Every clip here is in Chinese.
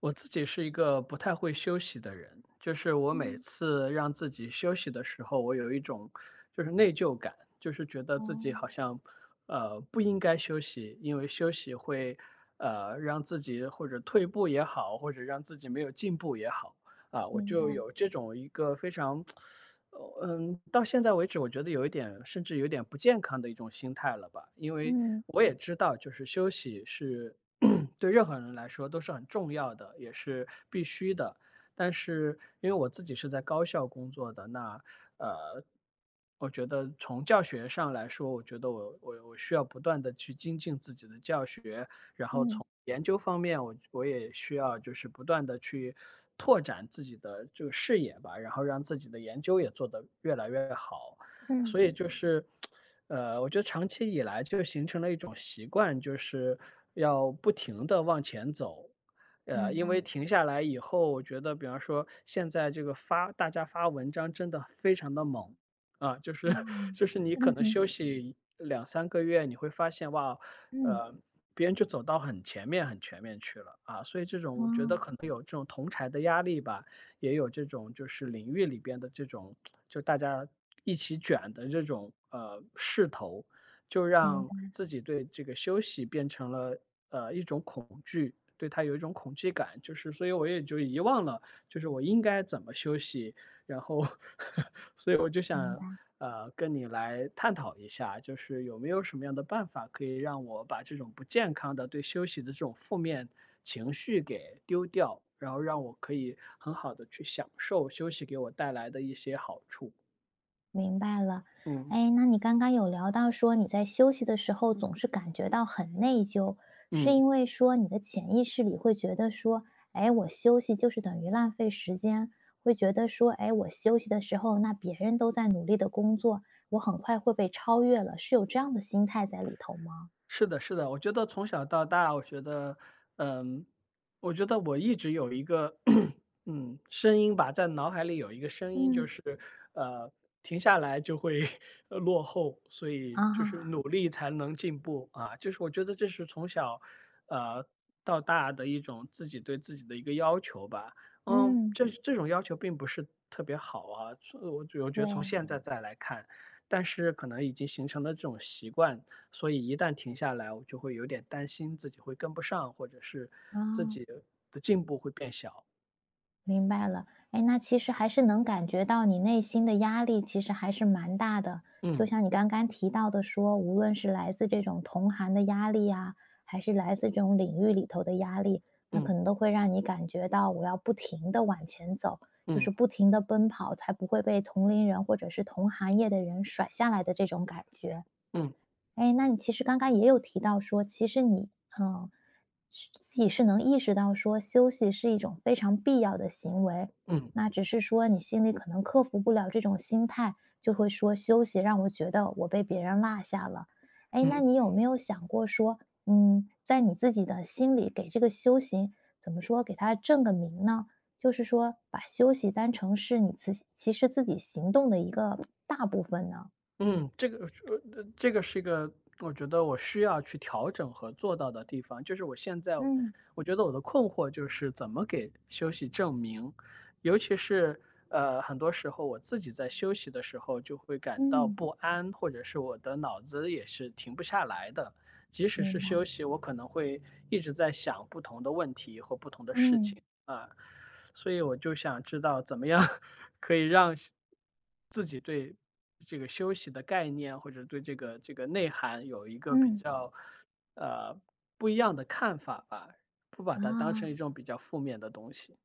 我自己是一个不太会休息的人，就是我每嗯，次让自己休息的时候，我有一种就是内疚感，就是觉得自己哦，好像不应该休息，因为休息会让自己或者退步也好，或者让自己没有进步也好，啊，我明就白，有这种一个非常到现在为止，我觉得有一点甚至有点不健康的一种心态了吧。因为嗯我也知道，就是休息是 对任何人来说都是很重要的，也是必须的。但是因为我自己是在高校工作的，那呃，我觉得从教学上来说，我觉得我需要不断的去精进自己的教学，嗯研究方面，我也需要就是不断的去拓展自己的这个视野吧，然后让自己的研究也做得越来越好。嗯，所以就是，我觉得长期以来就形成了一种习惯，就是要不停的往前走。明白，因为停下来以后，我觉得比方说现在这个发大家发文章真的非常的猛，啊，就是 哦，就是你可嗯能哼，休息两三个月，你会发现哇，嗯，呃，别人就走到很前面很前面去了啊，所以这种哦，我觉得可能有这种同柴的压力吧，也有这种就是领域里边的这种就大家一起卷的这种势头，就明让白自己对这个休息变成了一种恐惧。对它有一种恐惧感，就是，所以我也就遗忘了，就是我应该怎么休息，然后 所以我就明想白跟你来探讨一下，就是有没有什么样的办法可以让我把这种不健康的对休息的这种负面情绪给丢掉，然后让我可以很好的去享受休息给我带来的一些好处。明白了。嗯哎，那你刚刚有聊到说你在休息的时候总是感觉到很内疚，是嗯。因为说你的潜意识里会觉得说，哎，我休息就是等于浪费时间，会觉得说，哎，我休息的时候，那别人都在努力的工作，我很快会被超越了，是有这样的心态在里头吗？是的，是的，我觉得从小到大，我觉得，嗯，我觉得我一直有一个，声音吧，在脑海里有一个声音，就嗯是，呃，停下来就会落后，所以就是啊，努力才能进步啊，就是我觉得这是从小，呃，到大的一种自己对自己的一个要求吧，嗯。这种要求并不是特别好啊，所以我觉得从对，现在再来看，但是可能已经形成了这种习惯。所以一旦停下来，我就会有点担心自己会跟不上，或者是自啊，己的进步会变小。明白了。哎，那其实还是能感觉到你内心的压力其实还是蛮大的。就嗯像你刚刚提到的说，无论是来自这种同行的压力啊，还是来自这种领域里头的压力，那嗯可能都会让你感觉到我要不停的往前走，就嗯是不停的奔跑，才不会被同龄人或者是同行业的人甩下来的这种感觉。嗯哎，那你其实刚刚也有提到说，其实你，嗯，自己是能意识到说休息是一种非常必要的行为，嗯那只是说你心里可能克服不了这种心态，就会说休息让我觉得我被别人落下了。哎，那嗯。你有没有想过说，嗯，在你自己的心里给这个修行怎么说，给它正个名呢？就是说，把休息当成是你自己其实自己行动的一个大部分呢？嗯，这个是一个我觉得我需要去调整和做到的地方。就是我现在，嗯我觉得我的困惑就是怎么给休息证明，尤其是很多时候我自己在休息的时候就会感到嗯。不安，或者是我的脑子也是停不下来的。即使是明白。休息，我可能会一直在想不同的问题或不同的事嗯，情啊，所以我就想知道怎么样 可以让是自己对这个休息的概念，或者对这个内涵有一个比嗯，较，呃，不一样的看法吧，不把它当啊。成一种比较负面的东西。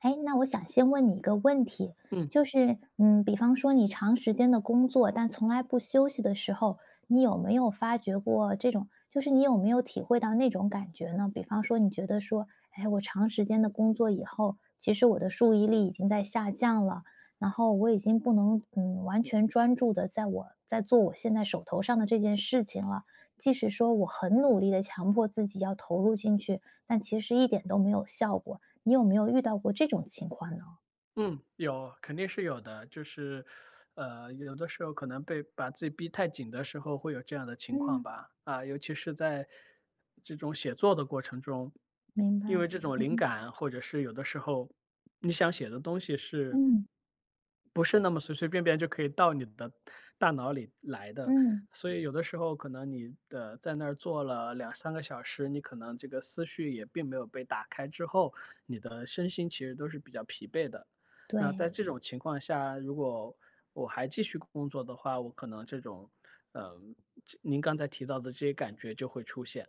哎，那我想先问你一个问题，嗯。就是，嗯，比方说你长时间的工作，但从来不休息的时候，你有没有发觉过这种，就是你有没有体会到那种感觉呢？比方说，你觉得说，哎，我长时间的工作以后，其实我的注意力已经在下降了，然后我已经不能，嗯，完全专注的在我在做我现在手头上的这件事情了。即使说我很努力的强迫自己要投入进去，但其实一点都没有效果。你有没有遇到过这种情况呢？嗯，有，肯定是有的。就是，有的时候可能被把自己逼太紧的时候，会有这样的情况嗯。吧。啊，尤其是在这种写作的过程中，明白，因为这种嗯灵哼感，或者是有的时候你想写的东西是嗯，不是那么随随便便就可以到你的大脑里来的。嗯。所以有的时候可能你的在那儿坐了两三个小时，你可能这个思绪也并没有被打开之后，你的身心其实都是比较疲惫的。那对，在这种情况下，如果我还继续工作的话，我可能这种，嗯、这您刚才提到的这些感觉就会出现。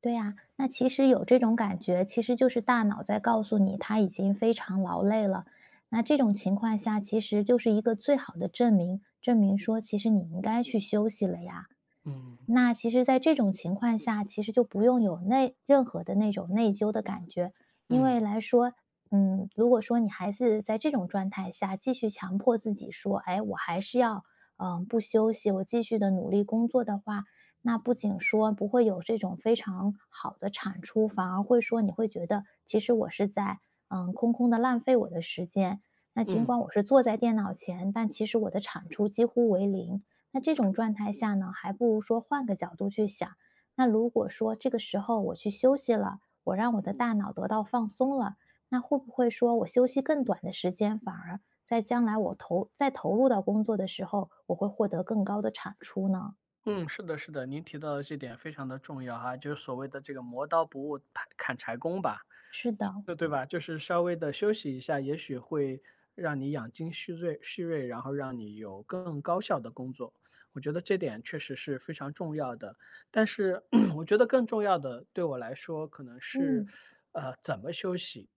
对呀，那其实有这种感觉，其实就是大脑在告诉你它已经非常劳累了。那这种情况下，其实就是一个最好的证明，证明说其实你应该去休息了呀。嗯那其实，在这种情况下，其实就不用有内任何的那种内疚的感觉，因为嗯来说，嗯，如果说你孩子在这种状态下继续强迫自己说，哎，我还是要，嗯，不休息，我继续的努力工作的话，那不仅说不会有这种非常好的产出，反而会说你会觉得，其实我是在，嗯，空空的浪费我的时间。那尽嗯。管我是坐在电脑前，但其实我的产出几乎为零。那这种状态下呢，还不如说换个角度去想。那如果说这个时候我去休息了，我让我的大脑得到放松了，那会不会说我休息更短的时间，反而在将来我投再投入到工作的时候，我会获得更高的产出呢？嗯，是的，是的，您提到的这点非常的重要哈，就是所谓的这个磨刀不误砍柴工吧，是的，那对吧？就是稍微的休息一下，也许会让你养精蓄锐，然后让你有更高效的工作。我觉得这点确实是非常重要的。但是 我觉得更重要的对我来说，可能是嗯，怎么休息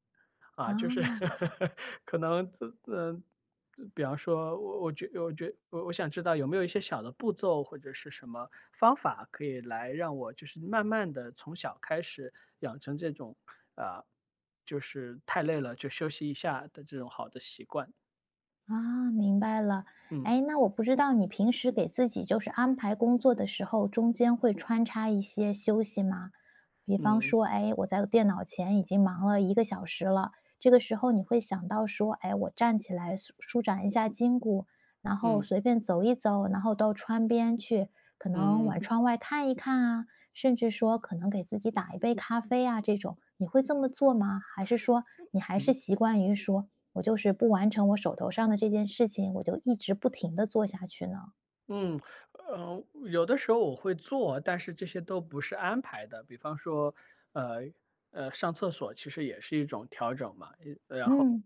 啊，就是 啊。可能这嗯。呃比方说，我我觉我觉我我想知道有没有一些小的步骤或者是什么方法，可以来让我就是慢慢的从小开始养成这种，啊，呃就是太累了就休息一下的这种好的习惯。啊，明白了。嗯，哎，那我不知道你平时给自己就是安排工作的时候，中间会穿插一些休息吗？比方嗯，说，哎，我在电脑前已经忙了一个小时了，这个时候你会想到说，哎，我站起来舒舒展一下筋骨，然后嗯，随便走一走，然后到窗边去，可能嗯，往窗外看一看啊，甚至说可能给自己打一杯咖啡啊，这种，你会这么做吗？还是说你还是嗯。习惯于说？我就是不完成我手头上的这件事情，我就一直不停的做下去呢。嗯，呃，有的时候我会做，但是这些都不是安排的。比方说，呃上厕所其实也是一种调整嘛。然后，嗯，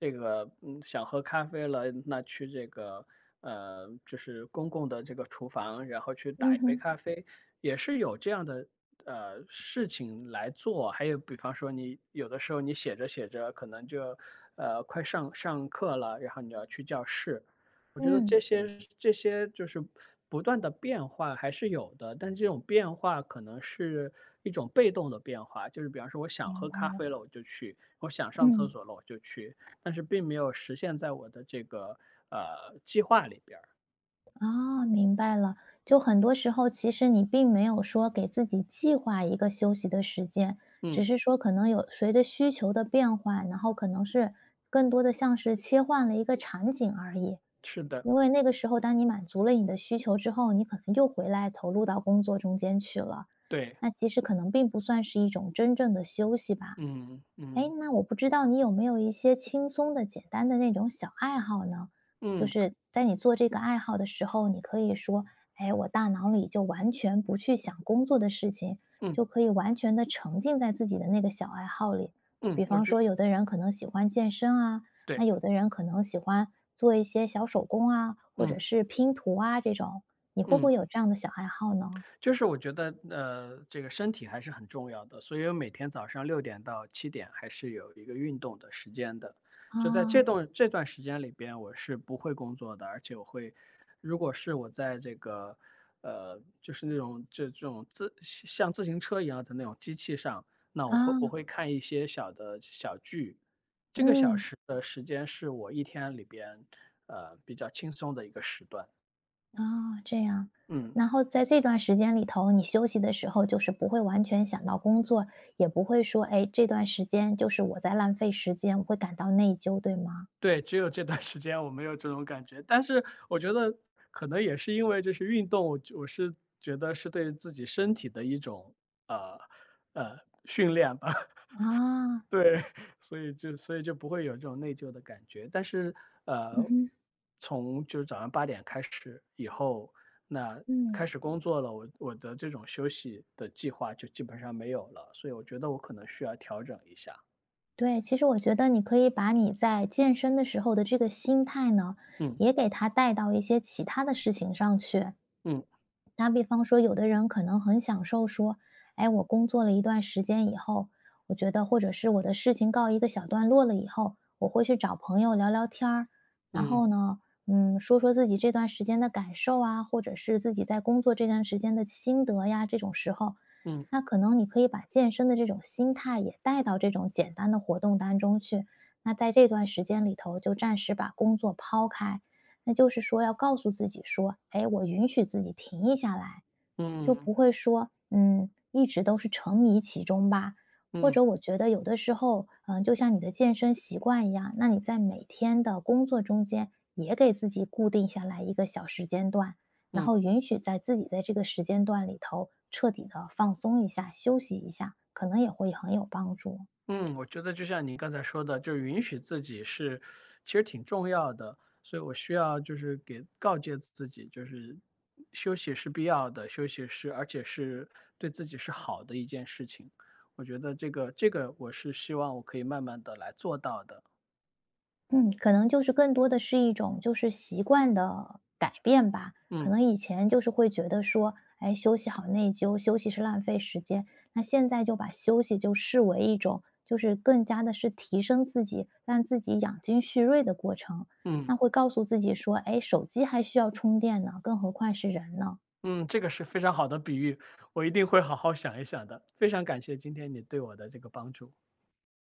想喝咖啡了，那去这个就是公共的这个厨房，然后去打嗯一杯哼，咖啡，也是有这样的事情来做。还有，比方说你有的时候你写着写着，可能就快上课了，然后你要去教室。我觉得嗯，这些就是不断的变化还是有的，但这种变化可能是一种被动的变化，就是比方说我想明喝白咖啡了，了我就去，我想上厕嗯。所了我就去，但是并没有实现在我的这个计划里边儿。哦，明白了。就很多时候，其实你并没有说给自己计划一个休息的时间，只嗯，是说可能有随着需求的变化，然后可能是更多的像是切换了一个场景而已。是的，因为那个时候，当你满足了你的需求之后，你可能又回来投入到工作中间去了，对，那其实可能并不算是一种真正的休息吧。嗯哎，嗯那我不知道你有没有一些轻松的、简单的那种小爱好呢？就嗯是在你做这个爱好的时候，你可以说：“哎，我大脑里就完全不去想工作的事情，嗯就可以完全的沉浸在自己的那个小爱好里。”嗯，比方说，有的人可能喜欢健身啊，对，那有的人可能喜欢做一些小手工啊，或者嗯是拼图啊这种，你会不嗯。会有这样的小爱好呢？就是我觉得，这个身体还是很重要的，所以我每天早上6点到7点还是有一个运动的时间的。就在这啊段这段时间里边，我是不会工作的，而且我会，如果是我在这个，就是那种这种像自行车一样的那种机器上，那我会啊，我会看一些小剧，这个小嗯。时的时间是我一天里边，比较轻松的一个时段。啊，这样。嗯。然后在这段时间里头，你休息的时候就是不会完全想到工作，也不会说，哎，这段时间就是我在浪费时间，我会感到内疚，对吗？对，只有这段时间我没有这种感觉，但是我觉得可能也是因为就是运动，我是觉得是对自己身体的一种呃呃训练吧，啊，对，所以就不会有这种内疚的感觉。但是嗯呃，哼，从就是早上8点开始以后，那嗯，开始工作了，我的这种休息的计划就基本上没有了，所以我觉得我可能需要调整一下。对，其实我觉得你可以把你在健身的时候的这个心态呢，嗯也给它带到一些其他的事情上去。嗯打比方说，有的人可能很享受说，哎，我工作了一段时间以后，我觉得或者是我的事情告一个小段落了以后，我会去找朋友聊聊天儿，然后嗯呢，嗯，说说自己这段时间的感受啊，或者是自己在工作这段时间的心得呀，这种时候，嗯那可能你可以把健身的这种心态也带到这种简单的活动当中去。那在这段时间里头，就暂时把工作抛开，那就是说要告诉自己说，哎，我允许自己停一下来，就嗯不会说，嗯，一直都是沉迷其中吧。或嗯。者我觉得有的时候，嗯，就像你的健身习惯一样，那你在每天的工作中间也给自己固定下来一个小时间段，然嗯后允许在自己在这个时间段里头彻底的放松一下、休息一下，可能也会很有帮助。嗯，我觉得就像你刚才说的，就是允许自己是其实挺重要的，所以我需要就是给告诫自己，就是休息是必要的，休息是而且是对自己是好的一件事情。我觉得这个我是希望我可以慢慢的来做到的。嗯，可能就是更多的是一种就是习惯的改变吧。可嗯能以前就是会觉得说，哎，休息好内疚，休息是浪费时间。那现在就把休息就视为一种，就是更加的是提升自己，让自己养精蓄锐的过程。嗯那会告诉自己说，哎，手机还需要充电呢，更何况是人呢？嗯，这个是非常好的比喻，我一定会好好想一想的。非常感谢今天你对我的这个帮助。